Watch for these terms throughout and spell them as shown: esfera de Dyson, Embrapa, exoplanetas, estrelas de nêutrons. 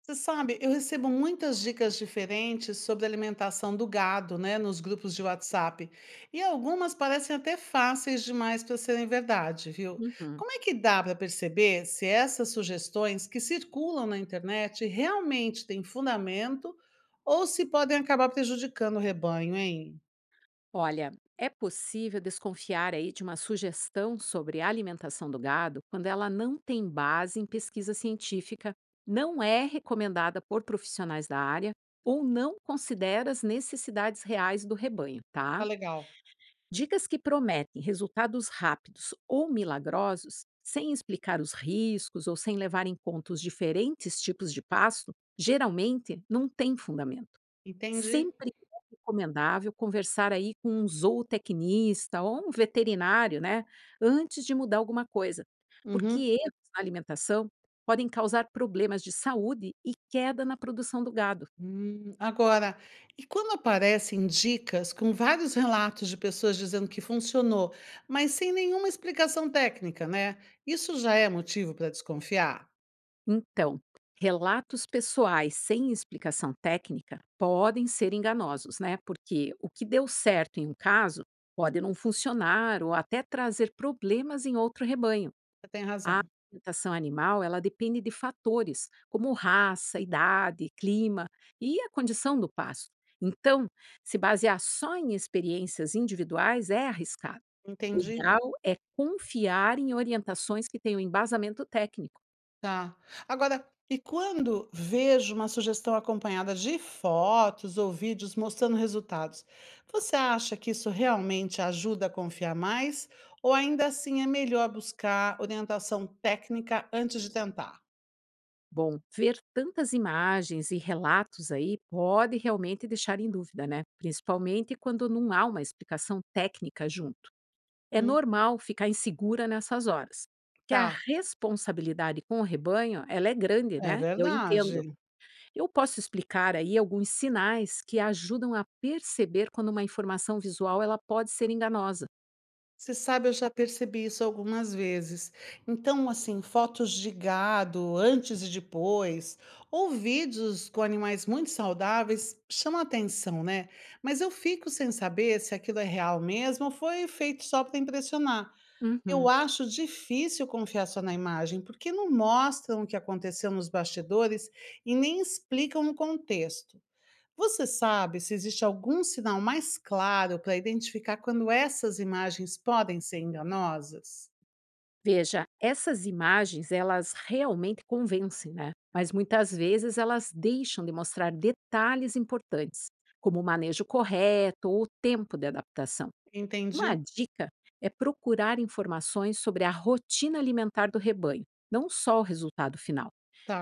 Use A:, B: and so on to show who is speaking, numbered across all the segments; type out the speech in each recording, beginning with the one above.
A: Você sabe, eu recebo muitas dicas diferentes sobre a alimentação do gado, né, nos grupos de WhatsApp. E algumas parecem até fáceis demais para serem verdade, viu?
B: Uhum.
A: Como é que dá para perceber se essas sugestões que circulam na internet realmente têm fundamento ou se podem acabar prejudicando o rebanho, hein?
B: Olha, é possível desconfiar aí de uma sugestão sobre a alimentação do gado quando ela não tem base em pesquisa científica, não é recomendada por profissionais da área ou não considera as necessidades reais do rebanho, tá?
A: Tá legal.
B: Dicas que prometem resultados rápidos ou milagrosos, sem explicar os riscos ou sem levar em conta os diferentes tipos de pasto, geralmente não têm fundamento.
A: Entendi.
B: Sempre é recomendável conversar aí com um zootecnista ou um veterinário, né, antes de mudar alguma coisa, porque
A: Uhum.
B: erros na alimentação podem causar problemas de saúde e queda na produção do gado.
A: Agora, e quando aparecem dicas com vários relatos de pessoas dizendo que funcionou, mas sem nenhuma explicação técnica, né? Isso já é motivo para desconfiar?
B: Então, relatos pessoais sem explicação técnica podem ser enganosos, né? Porque o que deu certo em um caso pode não funcionar ou até trazer problemas em outro rebanho.
A: Você tem razão.
B: Alimentação animal, ela depende de fatores como raça, idade, clima e a condição do pasto. Então, se basear só em experiências individuais é arriscado. O
A: Entendi.
B: ideal é confiar em orientações que tenham embasamento técnico.
A: Tá. Agora, e quando vejo uma sugestão acompanhada de fotos ou vídeos mostrando resultados, você acha que isso realmente ajuda a confiar mais? Ou ainda assim é melhor buscar orientação técnica antes de tentar?
B: Bom, ver tantas imagens e relatos aí pode realmente deixar em dúvida, né? Principalmente quando não há uma explicação técnica junto. É
A: Hum,
B: normal ficar insegura nessas horas, porque a
A: tá.
B: responsabilidade com o rebanho, ela é grande,
A: É
B: né? Eu entendo.
A: verdade.
B: Eu posso explicar aí alguns sinais que ajudam a perceber quando uma informação visual ela pode ser enganosa.
A: Você sabe, eu já percebi isso algumas vezes. Então, assim, fotos de gado antes e depois, ou vídeos com animais muito saudáveis, chama atenção, né? Mas eu fico sem saber se aquilo é real mesmo ou foi feito só para impressionar. Eu
B: Uhum.
A: acho difícil confiar só na imagem, porque não mostram o que aconteceu nos bastidores e nem explicam o contexto. Você sabe se existe algum sinal mais claro para identificar quando essas imagens podem ser enganosas?
B: Veja, essas imagens, elas realmente convencem, né? Mas muitas vezes elas deixam de mostrar detalhes importantes, como o manejo correto ou o tempo de adaptação. Uma
A: Entendi,
B: dica é procurar informações sobre a rotina alimentar do rebanho, não só o resultado final.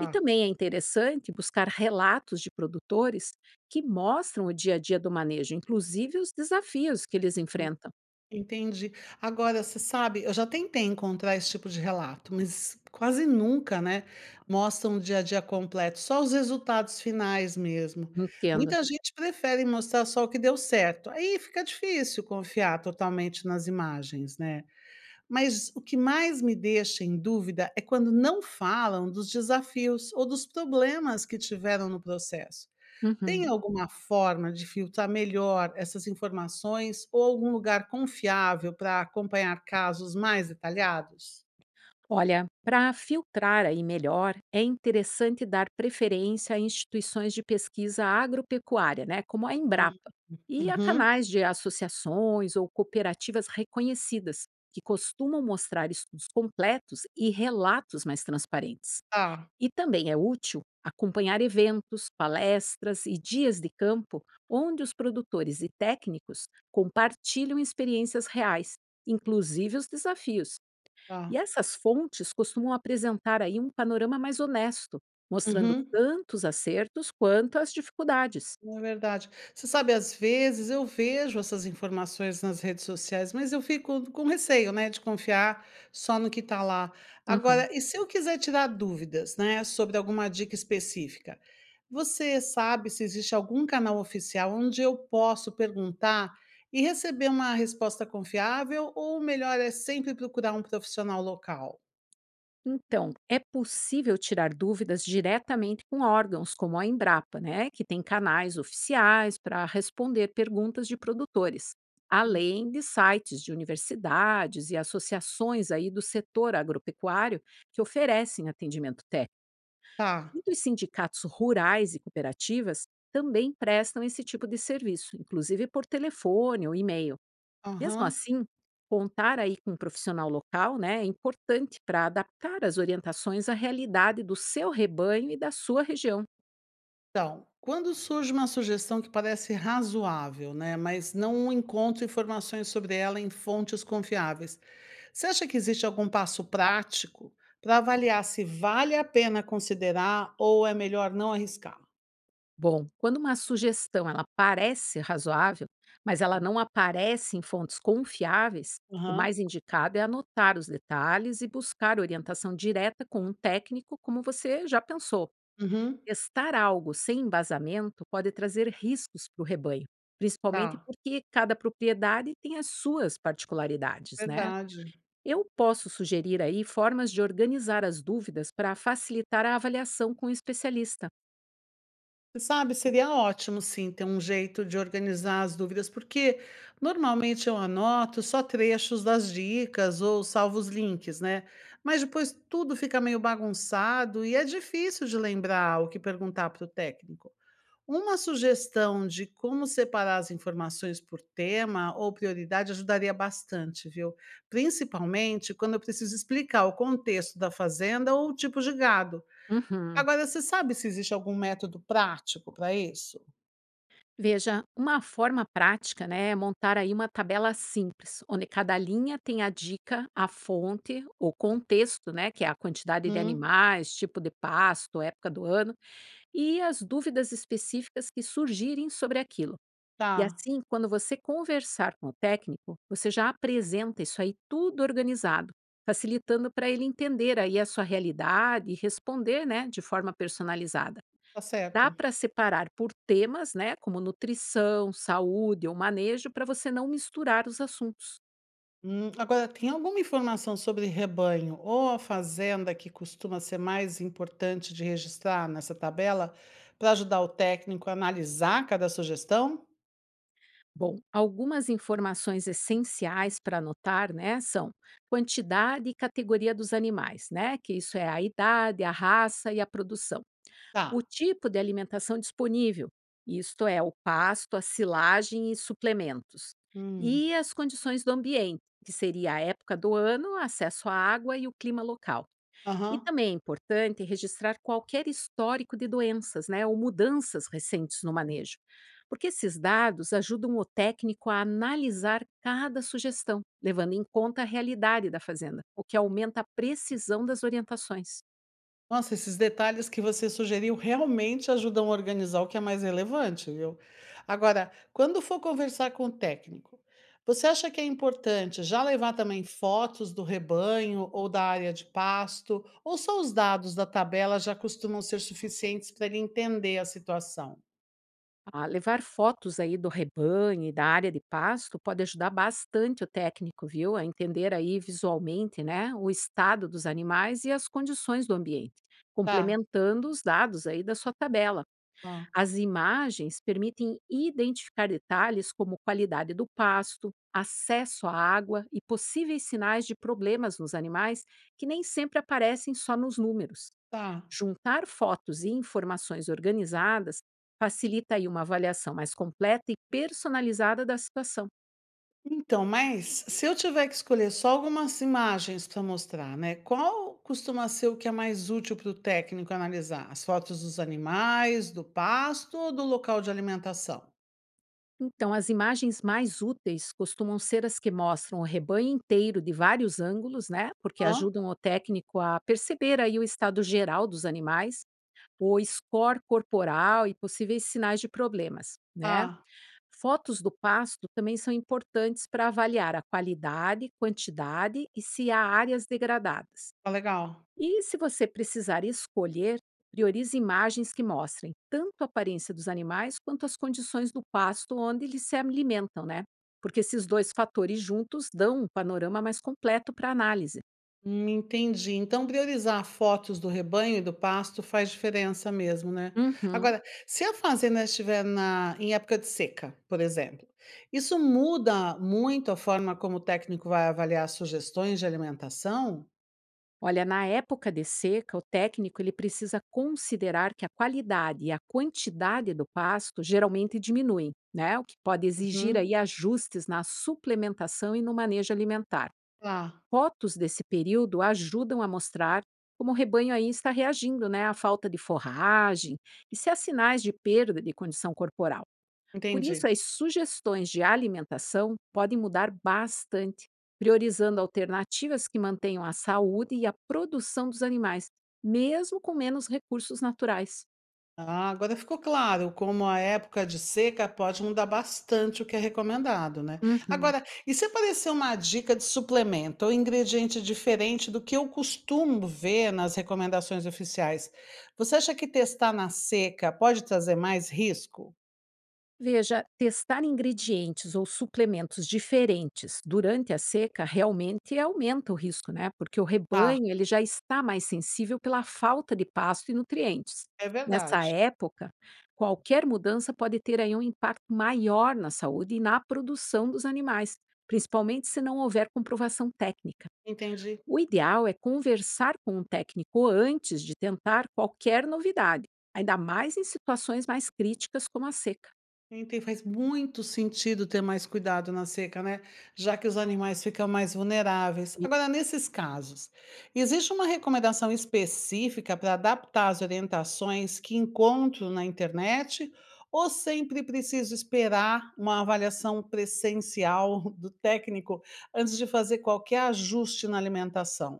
B: E também é interessante buscar relatos de produtores que mostram o dia a dia do manejo, inclusive os desafios que eles enfrentam.
A: Entendi. Agora, você sabe, eu já tentei encontrar esse tipo de relato, mas quase nunca, né? Mostram o dia a dia completo, só os resultados finais mesmo.
B: Entenda.
A: Muita gente prefere mostrar só o que deu certo. Aí fica difícil confiar totalmente nas imagens, né? Mas o que mais me deixa em dúvida é quando não falam dos desafios ou dos problemas que tiveram no processo. Tem
B: Uhum.
A: alguma forma de filtrar melhor essas informações ou algum lugar confiável para acompanhar casos mais detalhados?
B: Olha, para filtrar aí melhor, é interessante dar preferência a instituições de pesquisa agropecuária, né, como a
A: Hum,
B: Embrapa, e a
A: uhum,
B: canais de associações ou cooperativas reconhecidas, que costumam mostrar estudos completos e relatos mais transparentes.
A: tá,
B: E também é útil acompanhar eventos, palestras e dias de campo onde os produtores e técnicos compartilham experiências reais, inclusive os desafios. E
A: tá.
B: essas fontes costumam apresentar aí um panorama mais honesto, mostrando
A: Uhum.
B: tanto os acertos quanto as dificuldades.
A: É verdade. Você sabe, às vezes eu vejo essas informações nas redes sociais, mas eu fico com receio, né, de confiar só no que está lá.
B: Uhum.
A: Agora, e se eu quiser tirar dúvidas, né, sobre alguma dica específica? Você sabe se existe algum canal oficial onde eu posso perguntar e receber uma resposta confiável, ou o melhor é sempre procurar um profissional local?
B: Então, é possível tirar dúvidas diretamente com órgãos como a Embrapa, né, que tem canais oficiais para responder perguntas de produtores,
A: Hum.
B: além de sites de universidades e associações aí do setor agropecuário que oferecem atendimento técnico.
A: Tá.
B: Muitos sindicatos rurais e cooperativas também prestam esse tipo de serviço, inclusive por telefone ou e-mail. Mesmo
A: Aham.
B: assim, contar aí com um profissional local, né, é importante para adaptar as orientações à realidade do seu rebanho e da sua região.
A: Então, quando surge uma sugestão que parece razoável, né, mas não encontro informações sobre ela em fontes confiáveis, você acha que existe algum passo prático para avaliar se vale a pena considerar ou é melhor não arriscar?
B: Bom, quando uma sugestão ela parece razoável, mas ela não aparece em fontes confiáveis, o
A: Aham.
B: mais indicado é anotar os detalhes e buscar orientação direta com um técnico, como você já pensou.
A: Uhum.
B: Testar algo sem embasamento pode trazer riscos para o rebanho, principalmente
A: Tá,
B: porque cada propriedade tem as suas particularidades, né?
A: verdade.
B: Eu posso sugerir aí formas de organizar as dúvidas para facilitar a avaliação com o especialista.
A: Sabe, seria ótimo sim ter um jeito de organizar as dúvidas, porque normalmente eu anoto só trechos das dicas ou salvo os links, né? Mas depois tudo fica meio bagunçado e é difícil de lembrar o que perguntar para o técnico. Uma sugestão de como separar as informações por tema ou prioridade ajudaria bastante, viu? Principalmente quando eu preciso explicar o contexto da fazenda ou o tipo de gado.
B: Uhum.
A: Agora você sabe se existe algum método prático para isso?
B: Veja, uma forma prática, né, é montar aí uma tabela simples, onde cada linha tem a dica, a fonte, o contexto, né, que é a quantidade de
A: Hum,
B: animais, tipo de pasto, época do ano, e as dúvidas específicas que surgirem sobre aquilo. E
A: tá,
B: assim, quando você conversar com o técnico, você já apresenta isso aí tudo organizado, facilitando para ele entender aí a sua realidade e responder, né, de forma personalizada.
A: tá
B: Dá
A: certo.
B: para separar por temas, né, como nutrição, saúde ou manejo, para você não misturar os assuntos.
A: Agora tem alguma informação sobre rebanho ou a fazenda que costuma ser mais importante de registrar nessa tabela para ajudar o técnico a analisar cada sugestão?
B: Bom, algumas informações essenciais para anotar, né, são quantidade e categoria dos animais, né, que isso é a idade, a raça e a produção. O
A: Tá.
B: tipo de alimentação disponível, isto é, o pasto, a silagem e suplementos.
A: Hum.
B: E as condições do ambiente, que seria a época do ano, acesso à água e o clima local. E
A: Aham.
B: também é importante registrar qualquer histórico de doenças, né, ou mudanças recentes no manejo, porque esses dados ajudam o técnico a analisar cada sugestão, levando em conta a realidade da fazenda, o que aumenta a precisão das orientações.
A: Nossa, esses detalhes que você sugeriu realmente ajudam a organizar o que é mais relevante, viu? Agora, quando for conversar com o técnico, você acha que é importante já levar também fotos do rebanho ou da área de pasto, ou só os dados da tabela já costumam ser suficientes para ele entender a situação?
B: Ah, levar fotos aí do rebanho e da área de pasto pode ajudar bastante o técnico, viu, a entender aí visualmente, né, o estado dos animais e as condições do ambiente,
A: Tá,
B: complementando os dados aí da sua tabela.
A: tá,
B: As imagens permitem identificar detalhes como qualidade do pasto, acesso à água e possíveis sinais de problemas nos animais que nem sempre aparecem só nos números.
A: tá.
B: Juntar fotos e informações organizadas facilita aí uma avaliação mais completa e personalizada da situação.
A: Então, mas se eu tiver que escolher só algumas imagens para mostrar, né, qual costuma ser o que é mais útil para o técnico analisar? As fotos dos animais, do pasto ou do local de alimentação?
B: Então, as imagens mais úteis costumam ser as que mostram o rebanho inteiro de vários ângulos, né? Porque
A: Hã?
B: ajudam o técnico a perceber aí o estado geral dos animais, o score corporal e possíveis sinais de problemas, né?
A: Ah,
B: Fotos do pasto também são importantes para avaliar a qualidade, quantidade e se há áreas degradadas.
A: tá legal.
B: E se você precisar escolher, priorize imagens que mostrem tanto a aparência dos animais quanto as condições do pasto onde eles se alimentam, né? Porque esses dois fatores juntos dão um panorama mais completo para análise.
A: Entendi. Então, priorizar fotos do rebanho e do pasto faz diferença mesmo, né?
B: Uhum.
A: Agora, se a fazenda estiver em época de seca, por exemplo, isso muda muito a forma como o técnico vai avaliar sugestões de alimentação?
B: Olha, na época de seca, o técnico ele precisa considerar que a qualidade e a quantidade do pasto geralmente diminuem, né? O que pode exigir
A: Uhum.
B: aí ajustes na suplementação e no manejo alimentar.
A: Tá,
B: Fotos desse período ajudam a mostrar como o rebanho aí está reagindo, né, à falta de forragem e se há sinais de perda de condição corporal. Por isso,
A: entendi.
B: as sugestões de alimentação podem mudar bastante, priorizando alternativas que mantenham a saúde e a produção dos animais, mesmo com menos recursos naturais.
A: Ah, agora ficou claro como a época de seca pode mudar bastante o que é recomendado, né?
B: Uhum.
A: Agora, e se aparecer uma dica de suplemento ou ingrediente diferente do que eu costumo ver nas recomendações oficiais, você acha que testar na seca pode trazer mais risco?
B: Veja, testar ingredientes ou suplementos diferentes durante a seca realmente aumenta o risco, né? Porque o
A: Tá,
B: rebanho ele já está mais sensível pela falta de pasto e nutrientes.
A: é
B: Nessa
A: verdade.
B: época, qualquer mudança pode ter aí um impacto maior na saúde e na produção dos animais, principalmente se não houver comprovação técnica.
A: Entendi.
B: O ideal é conversar com um técnico antes de tentar qualquer novidade, ainda mais em situações mais críticas como a seca.
A: Enten faz muito sentido ter mais cuidado na seca, né? Já que os animais ficam mais vulneráveis. Agora, nesses casos, existe uma recomendação específica para adaptar as orientações que encontro na internet ou sempre preciso esperar uma avaliação presencial do técnico antes de fazer qualquer ajuste na alimentação?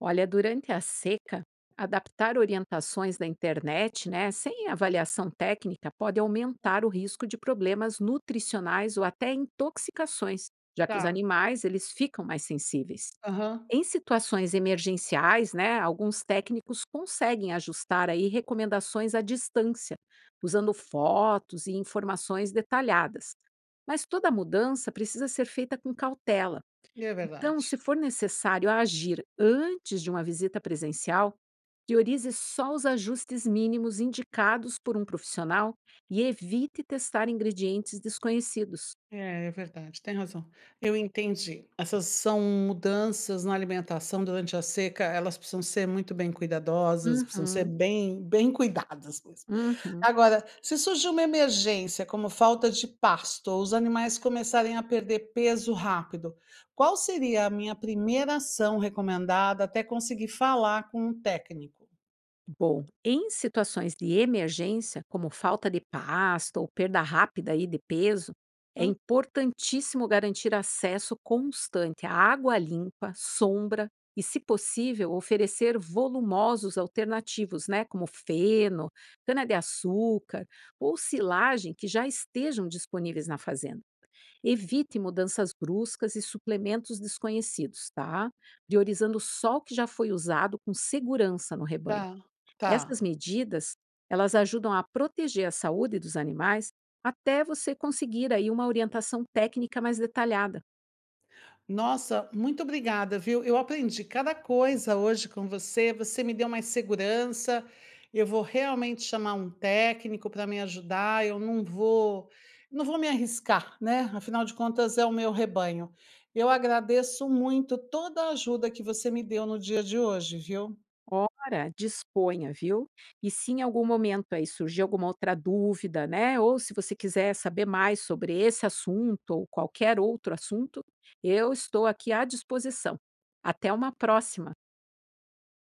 B: Olha, durante a seca, adaptar orientações da internet, né, sem avaliação técnica, pode aumentar o risco de problemas nutricionais ou até intoxicações, já que os
A: Tá.
B: animais eles ficam mais sensíveis.
A: Aham.
B: Em situações emergenciais, né, alguns técnicos conseguem ajustar aí recomendações à distância, usando fotos e informações detalhadas. Mas toda mudança precisa ser feita com cautela,
A: É
B: então, se
A: verdade.
B: for necessário agir antes de uma visita presencial, priorize só os ajustes mínimos indicados por um profissional e evite testar ingredientes desconhecidos.
A: É, é verdade, tem razão. Eu entendi. Essas são mudanças na alimentação durante a seca, elas precisam ser muito bem cuidadosas, precisam ser
B: Uhum,
A: bem cuidadas mesmo.
B: uhum.
A: Agora, se surgir uma emergência, como falta de pasto ou os animais começarem a perder peso rápido, qual seria a minha primeira ação recomendada até conseguir falar com um técnico?
B: Bom, em situações de emergência, como falta de pasto ou perda rápida aí de peso, é
A: Hum,
B: importantíssimo garantir acesso constante à água limpa, sombra e, se possível, oferecer volumosos alternativos, né, como feno, cana-de-açúcar ou silagem que já estejam disponíveis na fazenda. Evite mudanças bruscas e suplementos desconhecidos, tá? Priorizando só o que já foi usado com segurança no rebanho.
A: tá,
B: Essas
A: tá.
B: medidas, elas ajudam a proteger a saúde dos animais até você conseguir aí uma orientação técnica mais detalhada.
A: Nossa, muito obrigada, viu? Eu aprendi cada coisa hoje com você. Você me deu mais segurança. Eu vou realmente chamar um técnico para me ajudar. Eu não vou, não vou me arriscar, né? Afinal de contas, é o meu rebanho. Eu agradeço muito toda a ajuda que você me deu no dia de hoje, viu?
B: Ora, disponha, viu? E se em algum momento aí surgir alguma outra dúvida, né? Ou se você quiser saber mais sobre esse assunto ou qualquer outro assunto, eu estou aqui à disposição. Até uma próxima.